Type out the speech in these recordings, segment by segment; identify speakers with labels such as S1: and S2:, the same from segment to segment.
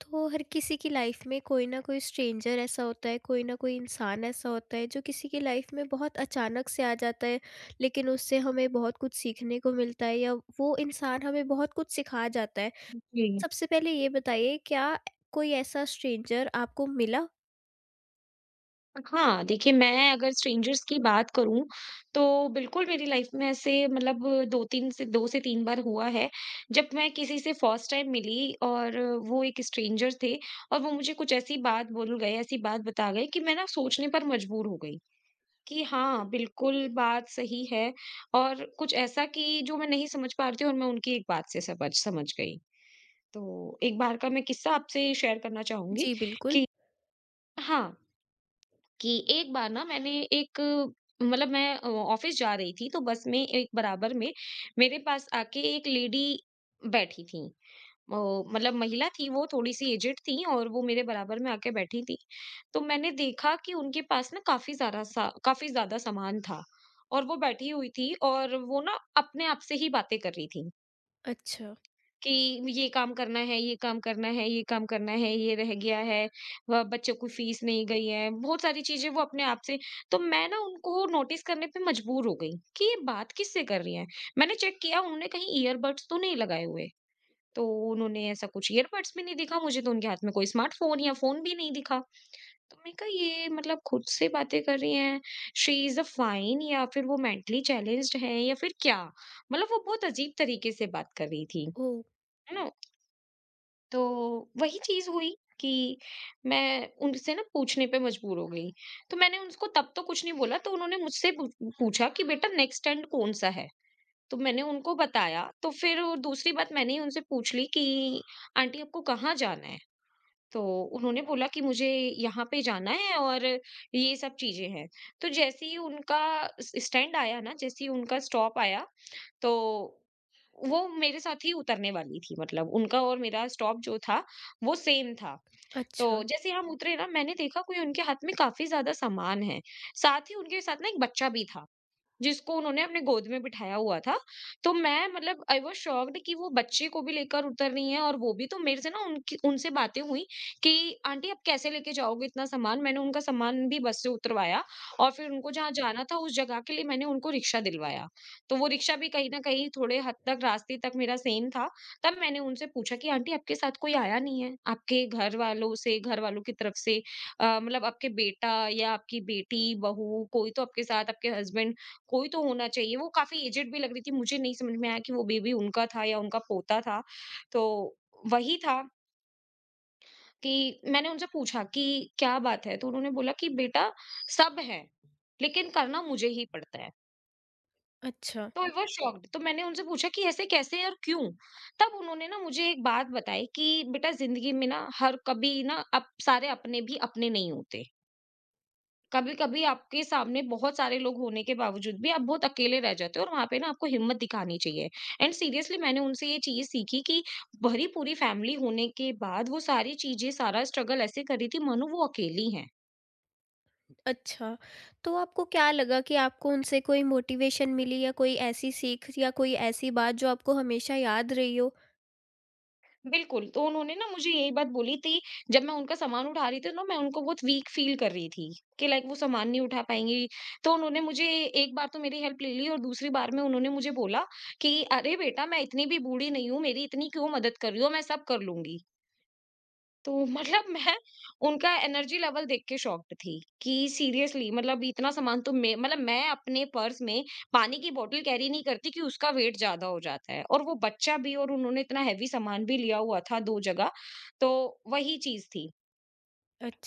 S1: तो हर किसी की लाइफ में कोई ना कोई स्ट्रेंजर ऐसा होता है, कोई ना कोई इंसान ऐसा होता है जो किसी की लाइफ में बहुत अचानक से आ जाता है, लेकिन उससे हमें बहुत कुछ सीखने को मिलता है या वो इंसान हमें बहुत कुछ सिखा जाता है।
S2: जी।
S1: सबसे पहले ये बताइए, क्या कोई ऐसा स्ट्रेंजर आपको मिला?
S2: हाँ, देखिए मैं अगर स्ट्रेंजर्स की बात करूँ, तो बिल्कुल मेरी लाइफ में ऐसे मतलब 2-3 से 2 से 3 बार हुआ है। जब मैं किसी से फर्स्ट टाइम मिली और वो एक स्ट्रेंजर थे और वो मुझे कुछ ऐसी बात बोल गए, ऐसी बात बता गए कि मैं ना सोचने पर मजबूर हो गई कि हाँ, बिल्कुल बात सही है। और कुछ ऐसा कि जो मैं नहीं समझ पा रही थी और मैं उनकी एक बात से समझ समझ गई। तो एक बार का मैं किस्सा आपसे शेयर करना चाहूँगी
S1: जी बिल्कुल।
S2: कि हाँ। कि एक बार ना मैंने एक मतलब मैं ऑफिस जा रही थी, तो बस में एक बराबर में मेरे पास आके एक लेडी बैठी थी। वो मतलब महिला थी, वो थोड़ी सी एजेड थी और वो मेरे बराबर में आके बैठी थी। तो मैंने देखा कि उनके पास ना काफी ज्यादा सामान था और वो बैठी हुई थी और वो ना अपने आप से ही बातें कर रही थी
S1: अच्छा।
S2: कि ये काम करना है, ये काम करना है, ये काम करना है, ये रह गया है, व बच्चों की फीस नहीं गई है, बहुत सारी चीज़ें वो अपने आप से। तो मैं ना उनको नोटिस करने पे मजबूर हो गई कि ये बात किससे कर रही हैं। मैंने चेक किया उन्होंने कहीं ईयरबड्स तो नहीं लगाए हुए, तो उन्होंने ऐसा कुछ ईयरबड्स भी नहीं दिखा मुझे, तो उनके हाथ में कोई स्मार्टफ़ोन या फ़ोन भी नहीं दिखा। तो मैंने कहा ये मतलब खुद से बातें कर रही हैं, शी इज़ अ फाइन या फिर वो मेंटली चैलेंज्ड है या फिर क्या? मतलब वो बहुत अजीब तरीके से बात कर रही थी,
S1: ओ।
S2: है ना? तो वही चीज़ हुई कि मैं उनसे ना पूछने पे मजबूर हो गई। तो मैंने उसको तब तो कुछ नहीं बोला, तो उन्होंने मुझसे पू पूछा कि बेटा नेक्स्ट स्टैंड कौन-सा है? तो मैंने उनको बताया, तो फिर वो दूसरी बात मैंने ही उनसे पूछ ली कि आंटी आपको कहाँ जाना है? तो उन्होंने बोला कि मुझे यहाँ पे जाना है और ये सब चीज़ें हैं। तो जैसे ही उनका स स्टैंड आया ना, जैसे ही उनका स्टॉप आया, तो वो मेरे साथ ही उतरने वाली थी। मतलब उनका और मेरा स्टॉप जो था वो सेम था। तो
S1: अच्छा।
S2: जैसे हम उतरे ना मैंने देखा कोई उनके हाथ में काफ़ी ज़्यादा सामान है। साथ ही उनके साथ ना एक बच्चा भी था। जिसको उन्होंने अपने गोद में बिठाया हुआ था। तो मैं मतलब आई वाज़ शॉक्ड कि वो बच्चे को भी लेकर उतर रही हैं और वो भी। तो मेरे से ना उनकी उनसे बातें हुई कि आंटी आप कैसे लेके जाओगे इतना सामान? मैंने उनका सामान भी बस से उतरवाया और फिर उनको जहाँ जाना था उस जगह के लिए मैंने उनको रिक्शा दिलवाया। तो वो रिक्शा भी कहीं न कहीं थोड़े हद तक रास्ते तक मेरा सेम था। तब मैंने उनसे पूछा कि आंटी आपके साथ कोई आया नहीं है? आपके घर वालों से घर वालों की तरफ से मतलब आपके बेटा या आपकी बेटी, बहू कोई तो आपके साथ, आपके हस्बैंड कोई तो होना चाहिए। वो काफ़ी एजेड भी लग रही थी, मुझे नहीं समझ में आया कि वो बेबी उनका था या उनका पोता था। तो वही था कि मैंने उनसे पूछा कि क्या बात है? तो उन्होंने बोला कि बेटा सब हैं, लेकिन करना मुझे ही पड़ता है।
S1: अच्छा।
S2: तो आई वाज़ शॉक्ड। तो मैंने उनसे पूछा कि ऐसे कैसे और क्यों? तब उन्होंने ना मुझे एक बात बताई कि बेटा ज़िंदगी में ना हर कभी ना अप सारे अपने भी अपने नहीं होते। कभी-कभी आपके सामने बहुत सारे लोग होने के बावजूद भी आप बहुत अकेले रह जाते हो और वहाँ पे ना आपको हिम्मत दिखानी चाहिए। एंड सीरियसली मैंने उनसे ये चीज़ सीखी कि भरी पूरी फैमिली होने के बाद वो सारी चीज़ें, सारा स्ट्रगल ऐसे कर रही थी मानो वो अकेली हैं।
S1: अच्छा, तो आपको क्या लगा कि आपको उनसे कोई मोटिवेशन मिली या कोई ऐसी सीख या कोई ऐसी बात जो आपको हमेशा याद रही हो?
S2: बिल्कुल, तो उन्होंने ना मुझे यही बात बोली थी। जब मैं उनका सामान उठा रही थी ना, मैं उनको बहुत वीक फ़ील कर रही थी, कि लाइक वो सामान नहीं उठा पाएँगी। तो उन्होंने मुझे एक बार तो मेरी हेल्प ले ली और दूसरी बार में उन्होंने मुझे बोला कि, "अरे बेटा मैं इतनी भी बूढ़ी नहीं हूँ, मेरी इतनी क्यों मदद कर रही हो? मैं सब कर लूँगी।" तो मतलब मैं उनका एनर्जी लेवल देख के शॉक्ड थी कि सीरियसली मतलब इतना सामान तो मैं, मतलब मैं अपने पर्स में पानी की बोतल कैरी नहीं करती कि उसका वेट ज्यादा हो जाता है, और वो बच्चा भी और उन्होंने इतना हैवी सामान भी लिया हुआ था दो जगह। तो वही चीज थी।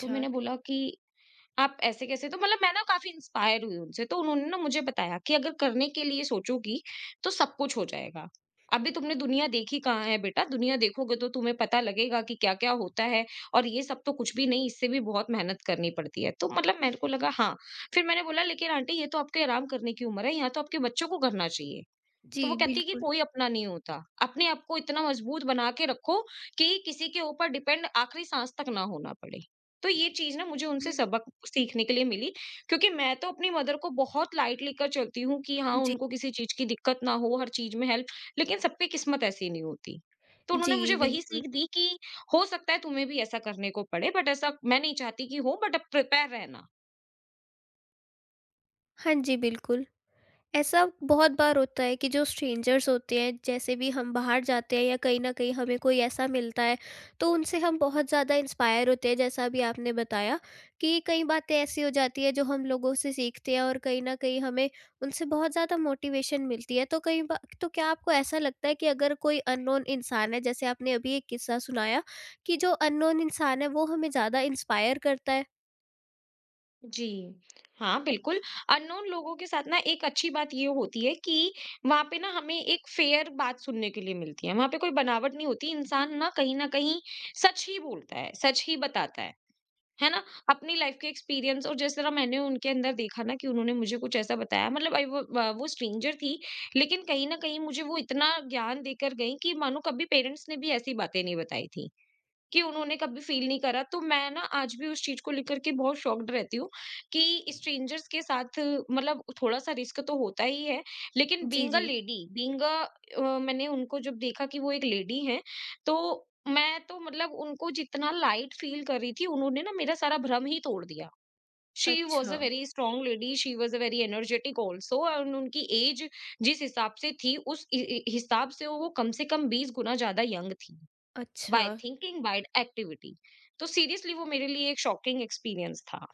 S2: तो मैंने बोला कि आप ऐसे कैसे? तो मतलब मैं ना काफ़ी इंस्पायर हुई उनसे। तो उन्होंने ना मुझे बताया कि अगर करने के लिए सोचोगी, तो सब कुछ हो जाएगा। अभी तुमने दुनिया देखी कहाँ है बेटा? दुनिया देखोगे तो तुम्हें पता लगेगा कि क्या-क्या होता है और ये सब तो कुछ भी नहीं, इससे भी बहुत मेहनत करनी पड़ती है। तो मतलब मेरे को लगा हाँ, फिर मैंने बोला लेकिन आंटी ये तो आपके आराम करने की उम्र है, यहाँ तो आपके बच्चों को करना चाहिए।
S1: जी,
S2: तो वो कहती है कि
S1: बिल्कुल।
S2: कोई अपना नहीं होता। अपने आप को इतना मजबूत बना के रखो कि किसी के ऊपर डिपेंड आखिरी साँस तक ना होना पड़े। तो ये चीज़ ना मुझे उनसे सबक सीखने के लिए मिली, क्योंकि मैं तो अपनी मदर को बहुत लाइट लेकर चलती हूँ कि हाँ,
S1: जी,
S2: उनको किसी चीज़ की दिक्कत ना हो, हर चीज़ में हेल्प। लेकिन सबकी किस्मत ऐसी नहीं होती। तो उन्होंने मुझे
S1: जी,
S2: वही
S1: बिल्कुल।
S2: सीख दी कि हो सकता है तुम्हें भी ऐसा करने को पड़े, बट ऐसा मैं नहीं चाहती कि हो, बट अब प्रिपेयर रहना।
S1: हाँ जी, बिल्कुल। ऐसा बहुत बार होता है कि जो स्ट्रेंजर्स होते हैं, जैसे भी हम बाहर जाते हैं या कहीं न कहीं हमें कोई ऐसा मिलता है, तो उनसे हम बहुत ज़्यादा इंस्पायर होते हैं, जैसा अभी आपने बताया कि कई बातें ऐसी हो जाती हैं जो हम लोगों से सीखते हैं और कहीं न कहीं हमें उनसे बहुत ज़्यादा मोटिवेशन मिलती है। तो कई बा तो क्या आपको ऐसा लगता है कि अगर कोई अननोन इंसान है, जैसे आपने अभी एक किस्सा सुनाया कि जो अननोन इंसान है, वो हमें ज़्यादा इंस्पायर करता है?
S2: जी, हाँ, बिल्कुल। अननोन लोगों के साथ ना एक अच्छी बात ये होती है कि वहाँ पे ना हमें एक फ़ेयर बात सुनने के लिए मिलती है। वहाँ पे कोई बनावट नहीं होती, इंसान ना कहीं न कहीं सच ही बोलता है, सच ही बताता है ना? अपनी लाइफ़ के एक्सपीरियंस और जिस तरह मैंने उनके अंदर देखा ना कि उन्होंने मुझे कुछ ऐसा बताया। मतलब आई, वो व वो स्ट्रेंजर थी, लेकिन कहीं न कहीं मुझे वो इतना ज्ञान देकर गईं कि मानो कभी पेरेंट्स ने भी ऐसी बातें नहीं बताई थी। कि उन्होंने कभी फ़ील नहीं करा। तो मैं ना आज भी उस चीज़ को लेकर के बहुत शॉक्ड रहती हूँ कि स्ट्रेंजर्स के साथ मतलब थोड़ा-सा रिस्क तो होता ही है, लेकिन
S1: जी,
S2: बीइंग अ
S1: जी।
S2: लेडी, बीइंग अ मैंने उनको जब देखा कि वो एक लेडी हैं, तो मैं तो मतलब उनको जितना लाइट फ़ील कर रही थी, उन्होंने ना मेरा सारा भ्रम ही तोड़ दिया। शी वाज़ अ
S1: अच्छा।
S2: Very strong lady, she was a very energetic also and उनकी एज जिस हिसाब से थी, उस इ इ हिसाब से वो कम से कम 20 गुना ज़्यादा यंग थी। बाय
S1: अच्छा।
S2: Thinking, by activity. तो सीरियसली वो मेरे लिए एक शॉकिंग एक्सपीरियंस था।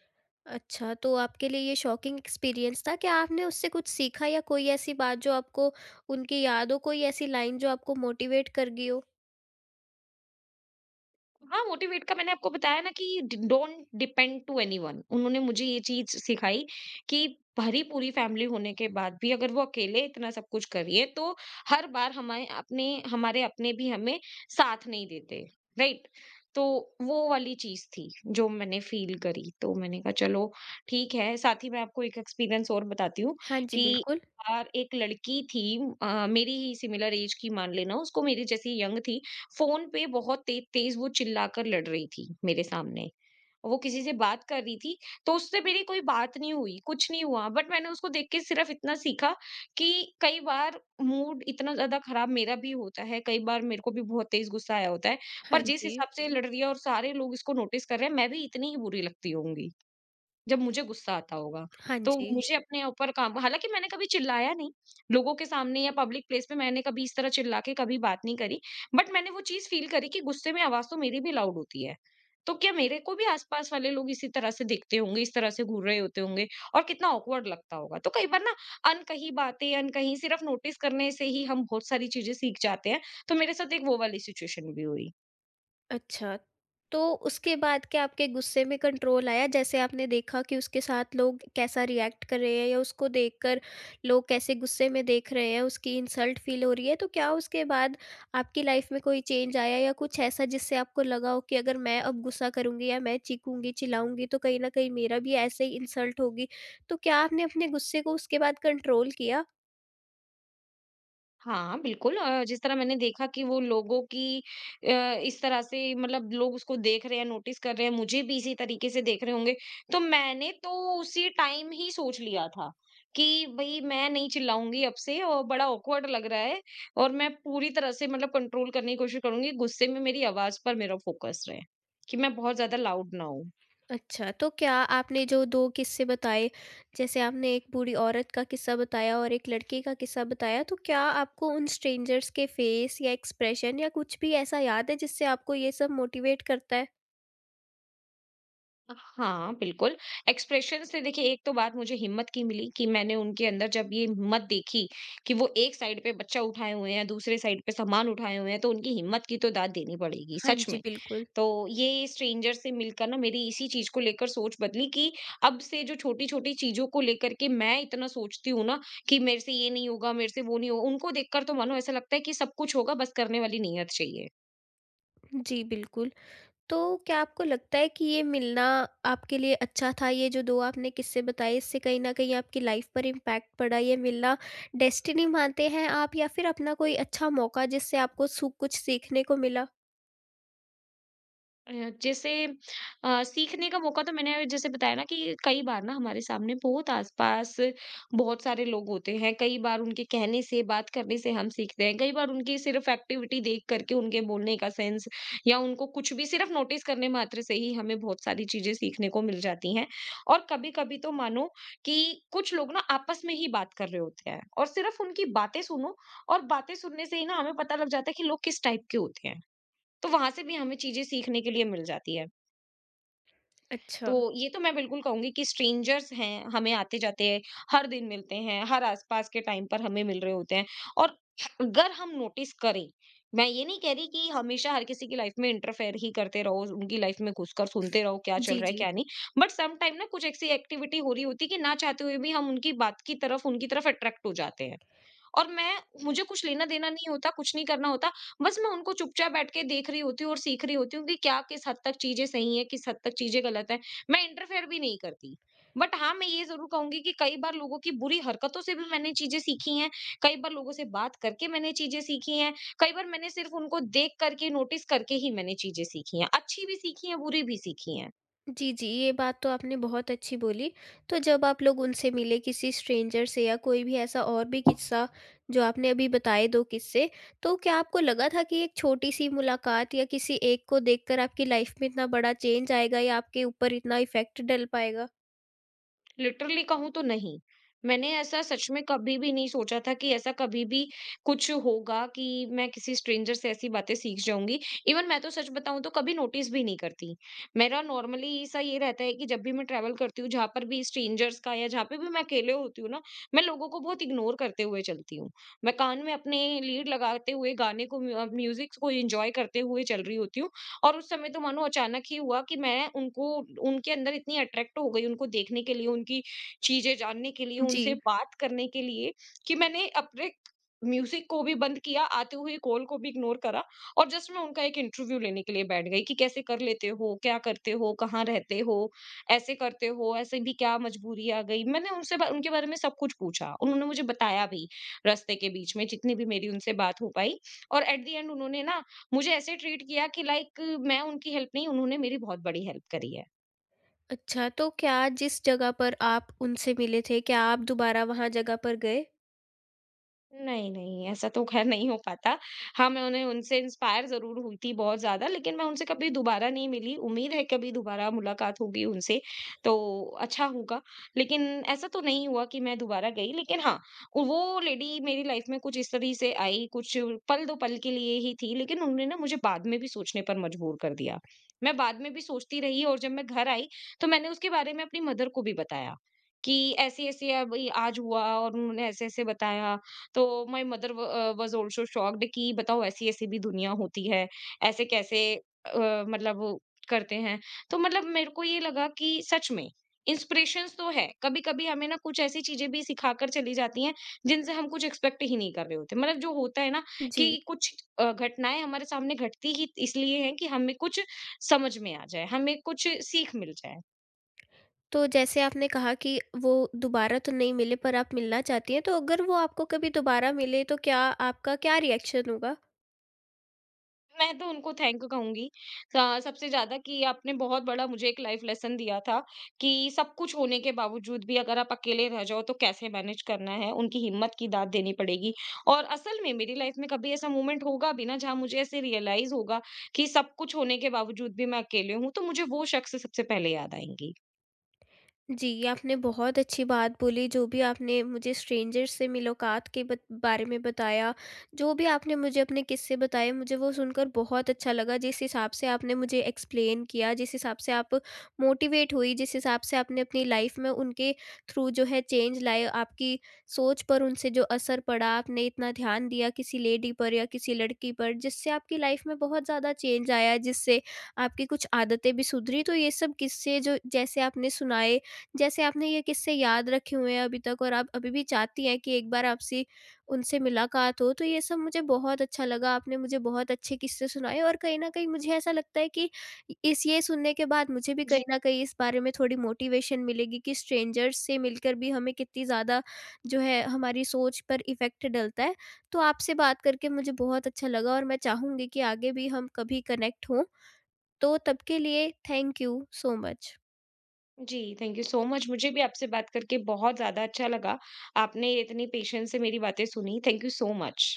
S1: अच्छा, तो आपके लिए ये शॉकिंग एक्सपीरियंस था, क्या आपने उससे कुछ सीखा या कोई ऐसी बात जो आपको उनकी याद हो, कोई ऐसी लाइन जो आपको मोटिवेट कर गई हो?
S2: हाँ, मोटिवेट का मैंने आपको बताया ना कि डि डोंट डिपेंड टू एनीवन, उन्होंने मुझे ये चीज़ सिखाई कि भरी-पूरी फैमिली होने के बाद भी अगर वो अकेले इतना सब कुछ कर रही है, तो हर बार हमारे अपने भी हमें साथ नहीं देते, राइट? तो वो वाली चीज़ थी, जो मैंने फ़ील करी। तो मैंने कहा चलो ठीक है, साथ ही मैं आपको एक एक्सपीरियंस और बताती हूँ
S1: हाँ जी,
S2: कि एक
S1: बिल्कुल।
S2: बार एक लड़की थी, मेरी ही सिमिलर ऐज की, मान लेना उसको मेरी जैसी यंग थी। फ़ोन पे बहुत ते तेज़ वो चिल्लाकर लड़ रही थी मेरे सामने। और वो किसी से बात कर रही थी, तो उससे मेरी कोई बात नहीं हुई, कुछ नहीं हुआ। बट मैंने उसको देख के सिर्फ़ इतना सीखा कि कई बार मूड इतना ज़्यादा ख़राब मेरा भी होता है, कई बार मेरे को भी बहुत तेज़ गुस्सा आया होता है।
S1: हाँ
S2: पर जिस
S1: जी,
S2: हिसाब से ये लड़ रही है और सारे लोग इसको नोटिस कर रहे हैं, मैं भी इतनी ही बुरी लगती होंगी। जब मुझे गुस्सा आता होगा।
S1: हाँ
S2: तो
S1: जी।
S2: मुझे अपने ऊपर काम, हालाँकि मैंने कभी चिल्लाया नहीं, लोगों के सामने या पब्लिक प्लेस पे मैंने कभी इस तरह चिल्ला के कभी बात नहीं करी। बट मैंने वो चीज़ फ़ील करी कि गुस्से में आवाज़ तो मेरी भी लाउड होती है। तो क्या मेरे को भी आस-पास वाले लोग इसी तरह से दिखते होंगे, इस तरह से घूर रहे होते होंगे और कितना ऑकवर्ड लगता होगा। तो कई बार ना अनकही बातें, अनकही सिर्फ़ नोटिस करने से ही हम बहुत सारी चीज़ें सीख जाते हैं। तो मेरे साथ एक वो वाली सिचुएशन भी हुई।
S1: अच्छा, तो उसके बाद क्या आपके गुस्से में कंट्रोल आया? जैसे आपने देखा कि उसके साथ लोग कैसा रिएक्ट कर रहे हैं या उसको देखकर लोग कैसे गुस्से में देख रहे हैं, उसकी इंसल्ट फ़ील हो रही है, तो क्या उसके बाद आपकी लाइफ़ में कोई चेंज आया या कुछ ऐसा जिससे आपको लगा हो कि अगर मैं अब गुस्सा करूँगी या मैं चीखूँगी, चिल्लाऊँगी तो कहीं न कहीं मेरा भी ऐसे ही इंसल्ट होगी। तो क्या आपने अपने गुस्से को उसके बाद कंट्रोल किया?
S2: हाँ, बिल्कुल। जिस तरह मैंने देखा कि वो लोगों की अ, इस तरह से, मतलब लोग उसको देख रहे हैं, नोटिस कर रहे हैं, मुझे भी इसी तरीके से देख रहे होंगे, तो मैंने तो उसी टाइम ही सोच लिया था कि भई मैं नहीं चिल्लाऊँगी अब से और बड़ा ऑकवर्ड लग रहा है, और मैं पूरी तरह से मतलब कंट्रोल करने की कोशिश करूँगी, गुस्से में मेरी आवाज़ पर मेरा फ़ोकस रहे, कि मैं बहुत ज़्यादा लाउड ना हूँ।
S1: अच्छा, तो क्या आपने जो 2 किस्से बताए, जैसे आपने एक बूढ़ी औरत का किस्सा बताया और एक लड़के का किस्सा बताया, तो क्या आपको उन स्ट्रेंजर्स के फेस या एक्सप्रेशन या कुछ भी ऐसा याद है जिससे आपको ये सब मोटिवेट करता है?
S2: हाँ, बिल्कुल। एक्सप्रेशन से देखिए एक तो बात मुझे हिम्मत की मिली कि मैंने उनके अंदर जब ये हिम्मत देखी कि वो एक साइड पे बच्चा उठाए हुए हैं, दूसरे साइड पे सामान उठाए हुए हैं, तो उनकी हिम्मत की तो दाद देनी पड़ेगी,
S1: हाँ
S2: सच
S1: जी,
S2: में।
S1: बिल्कुल।
S2: तो ये स्ट्रेंजर से मिलकर ना मेरी इसी चीज़ को लेकर सोच बदली कि अब से जो छोटी-छोटी चीज़ों को लेकर के मैं इतना सोचती हूँ ना कि मेरे से ये नहीं होगा, मेरे से वो नहीं होगा, उनको देखकर तो मानो ऐसा लगता है कि सब कुछ होगा, बस करने वाली नीयत चाहिए।
S1: जी, बिल्कुल। तो क्या आपको लगता है कि ये मिलना आपके लिए अच्छा था? ये जो 2 आपने किस्से बताए, इससे कहीं न कहीं आपकी लाइफ़ पर इम्पैक्ट पड़ा। ये मिलना डेस्टिनी मानते हैं आप या फिर अपना कोई अच्छा मौका जिससे आपको सु कुछ सीखने को मिला?
S2: अ, जैसे सीखने का मौका तो मैंने जैसे बताया ना कि कई बार ना हमारे सामने बहुत आसपास बहुत सारे लोग होते हैं, कई बार उनके कहने से बात करने से हम सीखते हैं, कई बार उनकी सिर्फ एक्टिविटी देख करके उनके बोलने का सेंस या उनको कुछ भी सिर्फ नोटिस करने मात्र से ही हमें बहुत सारी चीजें सीखने को मिल जाती हैं। और कभी कभी तो मानो कि कुछ लोग ना आपस में ही बात कर रहे होते हैं और सिर्फ उनकी बातें सुनो, और बातें सुनने से ही ना हमें पता लग जाता है कि लोग किस टाइप के होते हैं। तो वहाँ से भी हमें चीज़ें सीखने के लिए मिल जाती है। तो
S1: अच्छा।
S2: ये तो मैं बिल्कुल कहूँगी कि स्ट्रेंजर्स हैं, हमें आते-जाते हर दिन मिलते हैं, हर आस-पास के टाइम पर हमें मिल रहे होते हैं। और अगर हम नोटिस करें, मैं ये नहीं कह रही कि हमेशा हर किसी की लाइफ में इंटरफेयर ही करते रहो, उनकी लाइफ में घुसकर सुनते रहो क्या चल
S1: जी,
S2: रहा है,
S1: जी।
S2: क्या नहीं। बट सम टाइम ना कुछ ऐसी एक्टिविटी हो रही होती है कि ना चाहते हुए भी हम उनकी बात की तरफ, उनकी तरफ अट्रैक्ट हो जाते हैं। और मैं मुझे कुछ लेना-देना नहीं होता, कुछ नहीं करना होता, बस मैं उनको चुपचाप बैठ के देख रही होती हूँ और सीख रही होती हूँ कि क्या किस हद तक चीज़ें सही हैं, किस हद तक चीज़ें गलत हैं। मैं इंटरफेयर भी नहीं करती। बट हाँ, मैं ये ज़रूर कहूँगी कि कई बार लोगों की बुरी हरकतों से भी मैंने चीज़ें सीखी हैं, कई बार लोगों से बात करके मैंने चीज़ें सीखी हैं, कई बार मैंने सिर्फ़ उनको देख कर के, नोटिस करके ही मैंने चीज़ें सीखी हैं। अच्छी भी सीखी हैं, बुरी भी सीखी हैं।
S1: जी, जी, ये बात तो आपने बहुत अच्छी बोली। तो जब आप लोग उनसे मिले किसी स्ट्रेंजर से या कोई भी ऐसा और भी किस्सा जो आपने अभी बताए 2 किस्से, तो क्या आपको लगा था कि एक छोटी-सी मुलाकात या किसी एक को देखकर आपकी लाइफ में इतना बड़ा चेंज आएगा या आपके ऊपर इतना इफ़ेक्ट डल पाएगा?
S2: लिटरली कहूँ तो नहीं। मैंने ऐसा सच में कभी भी नहीं सोचा था कि ऐसा कभी भी कुछ होगा कि मैं किसी स्ट्रेंजर से ऐसी बातें सीख जाऊँगी। इवन मैं तो सच बताऊँ तो कभी नोटिस भी नहीं करती। मेरा नॉर्मली ऐसा ये रहता है कि जब भी मैं ट्रैवल करती हूँ, जहाँ पर भी स्ट्रेंजर्स का या जहाँ पे भी मैं अकेले होती हूँ ना, मैं लोगों को बहुत इग्नोर करते हुए चलती हूँ। मैं कान में अपने लीड लगाते हुए गाने को म्यूज़िक को एन्जॉय करते हुए चल रही होती हूँ। और उस समय तो मानो अचानक ही हुआ कि मैं उनको, उनके अंदर इतनी अट्रैक्ट हो गई उनको देखने के लिए, उनकी चीजें जानने के लिए,
S1: जी।
S2: उनसे बात करने के लिए, कि मैंने अपने म्यूजिक को भी बंद किया, आते हुए कॉल को भी इग्नोर करा, और जस्ट मैं उनका एक इंटरव्यू लेने के लिए बैठ गई कि कैसे कर लेते हो, क्या करते हो, कहाँ रहते हो, ऐसे करते हो, ऐसे भी क्या मजबूरी आ गई। मैंने उनसे उनके बारे में सब कुछ पूछा, उन्होंने मुझे बताया भी, रास्ते के बीच में जितनी भी मेरी उनसे बात हो पाई। और एट द एंड उन्होंने ना मुझे ऐसे ट्रीट किया कि लाइक मैं उनकी हेल्प नहीं, उन्होंने मेरी बहुत बड़ी हेल्प करी है।
S1: अच्छा, तो क्या जिस जगह पर आप उनसे मिले थे, क्या आप दोबारा वहाँ जगह पर गए?
S2: नहीं, नहीं, ऐसा तो ख़ैर नहीं हो पाता। हाँ, मैं उन्हें उनसे इंस्पायर ज़रूर हुई थी बहुत ज़्यादा, लेकिन मैं उनसे कभी दोबारा नहीं मिली। उम्मीद है कभी दोबारा मुलाकात होगी उनसे, तो अच्छा होगा। लेकिन ऐसा तो नहीं हुआ कि मैं दोबारा गई, लेकिन हाँ, वो लेडी मेरी लाइफ़ में कुछ इस तरह से आई, कुछ पल, 2 पल के लिए ही थी, लेकिन उन्होंने ना मुझे बाद में भी सोचने पर मजबूर कर दिया। मैं बाद में भी सोचती रही, और जब मैं घर आई, तो मैंने उसके बारे में अपनी मदर को भी बताया कि ऐसे-ऐसे अब ये आज हुआ और उन्होंने ऐसे-ऐसे बताया। तो my mother was also shocked कि बताओ ऐसी-ऐसी भी दुनिया होती है, ऐसे कैसे अ, मतलब वो करते हैं। तो मतलब मेरे को ये लगा कि सच में इंस्पिरेशंस तो है, कभी-कभी हमें ना कुछ ऐसी चीज़ें भी सिखाकर चली जाती हैं, जिनसे हम कुछ एक्सपेक्ट ही नहीं कर रहे होते। मतलब जो होता है ना कि
S1: जी।
S2: कुछ घटनाएँ हमारे सामने घटती ही इसलिए हैं कि हमें कुछ समझ में आ जाए, हमें कुछ सीख मिल जाए।
S1: तो जैसे आपने कहा कि वो दोबारा तो नहीं मिले पर आप मिलना चाहती हैं, तो अगर वो आपको कभी दोबारा मिले तो क्या आपका क्या रिएक्शन होगा?
S2: मैं तो उनको थैंक कहूँगी। स सबसे ज़्यादा कि आपने बहुत बड़ा मुझे एक लाइफ़ लेसन दिया था कि सब कुछ होने के बावजूद भी अगर आप अकेले रह जाओ तो कैसे मैनेज करना है, उनकी हिम्मत की दात देनी पड़ेगी। और असल में मेरी लाइफ़ में कभी ऐसा मोमेंट होगा भी ना जहाँ मुझे ऐसे रियलाइज़ होगा कि सब कुछ होने के बावजूद भी मैं अकेले हूँ, तो मुझे वो शख्स सबसे पहले याद आएँगी।
S1: जी, आपने बहुत अच्छी बात बोली, जो भी आपने मुझे स्ट्रेंजर से मुलाकात के बत बारे में बताया, जो भी आपने मुझे अपने किस्से बताए, मुझे वो सुनकर बहुत अच्छा लगा। जिस हिसाब से आपने मुझे एक्सप्लेन किया, जिस हिसाब से आप मोटिवेट हुई, जिस हिसाब से आपने अपनी लाइफ़ में उनके थ्रू जो है चेंज लाए, आपकी सोच पर उनसे जो असर पड़ा, आपने इतना ध्यान दिया किसी लेडी पर या किसी लड़की पर, जिससे आपकी लाइफ़ में बहुत ज़्यादा चेंज आया, जिससे आपकी कुछ आदतें भी सुधरी। तो ये सब किस्से जो जैसे आपने सुनाए, जैसे आपने ये किस्से याद रखे हुए हैं अभी तक और आप अभी भी चाहती हैं कि एक बार आपसे उनसे मुलाकात हो, तो ये सब मुझे बहुत अच्छा लगा। आपने मुझे बहुत अच्छे किस्से सुनाए और कहीं न कहीं मुझे ऐसा लगता है कि इस ये सुनने के बाद मुझे भी कहीं
S2: जी,
S1: न कहीं इस बारे में थोड़ी मोटिवेशन मिलेगी कि स्ट्रेंजर्स से मिलकर भी हमें कितनी ज़्यादा जो है हमारी सोच पर इफ़ेक्ट डलता है। तो आपसे बात करके मुझे बहुत अच्छा लगा और मैं चाहूँगी कि आगे भी हम कभी कनेक्ट हों। तो तब के लिए थैंक यू सो मच।
S2: जी, थैंक यू सो मच। मुझे भी आपसे बात करके बहुत ज़्यादा अच्छा लगा। आपने इतनी पेशेंस से मेरी बातें सुनी। Thank you so much.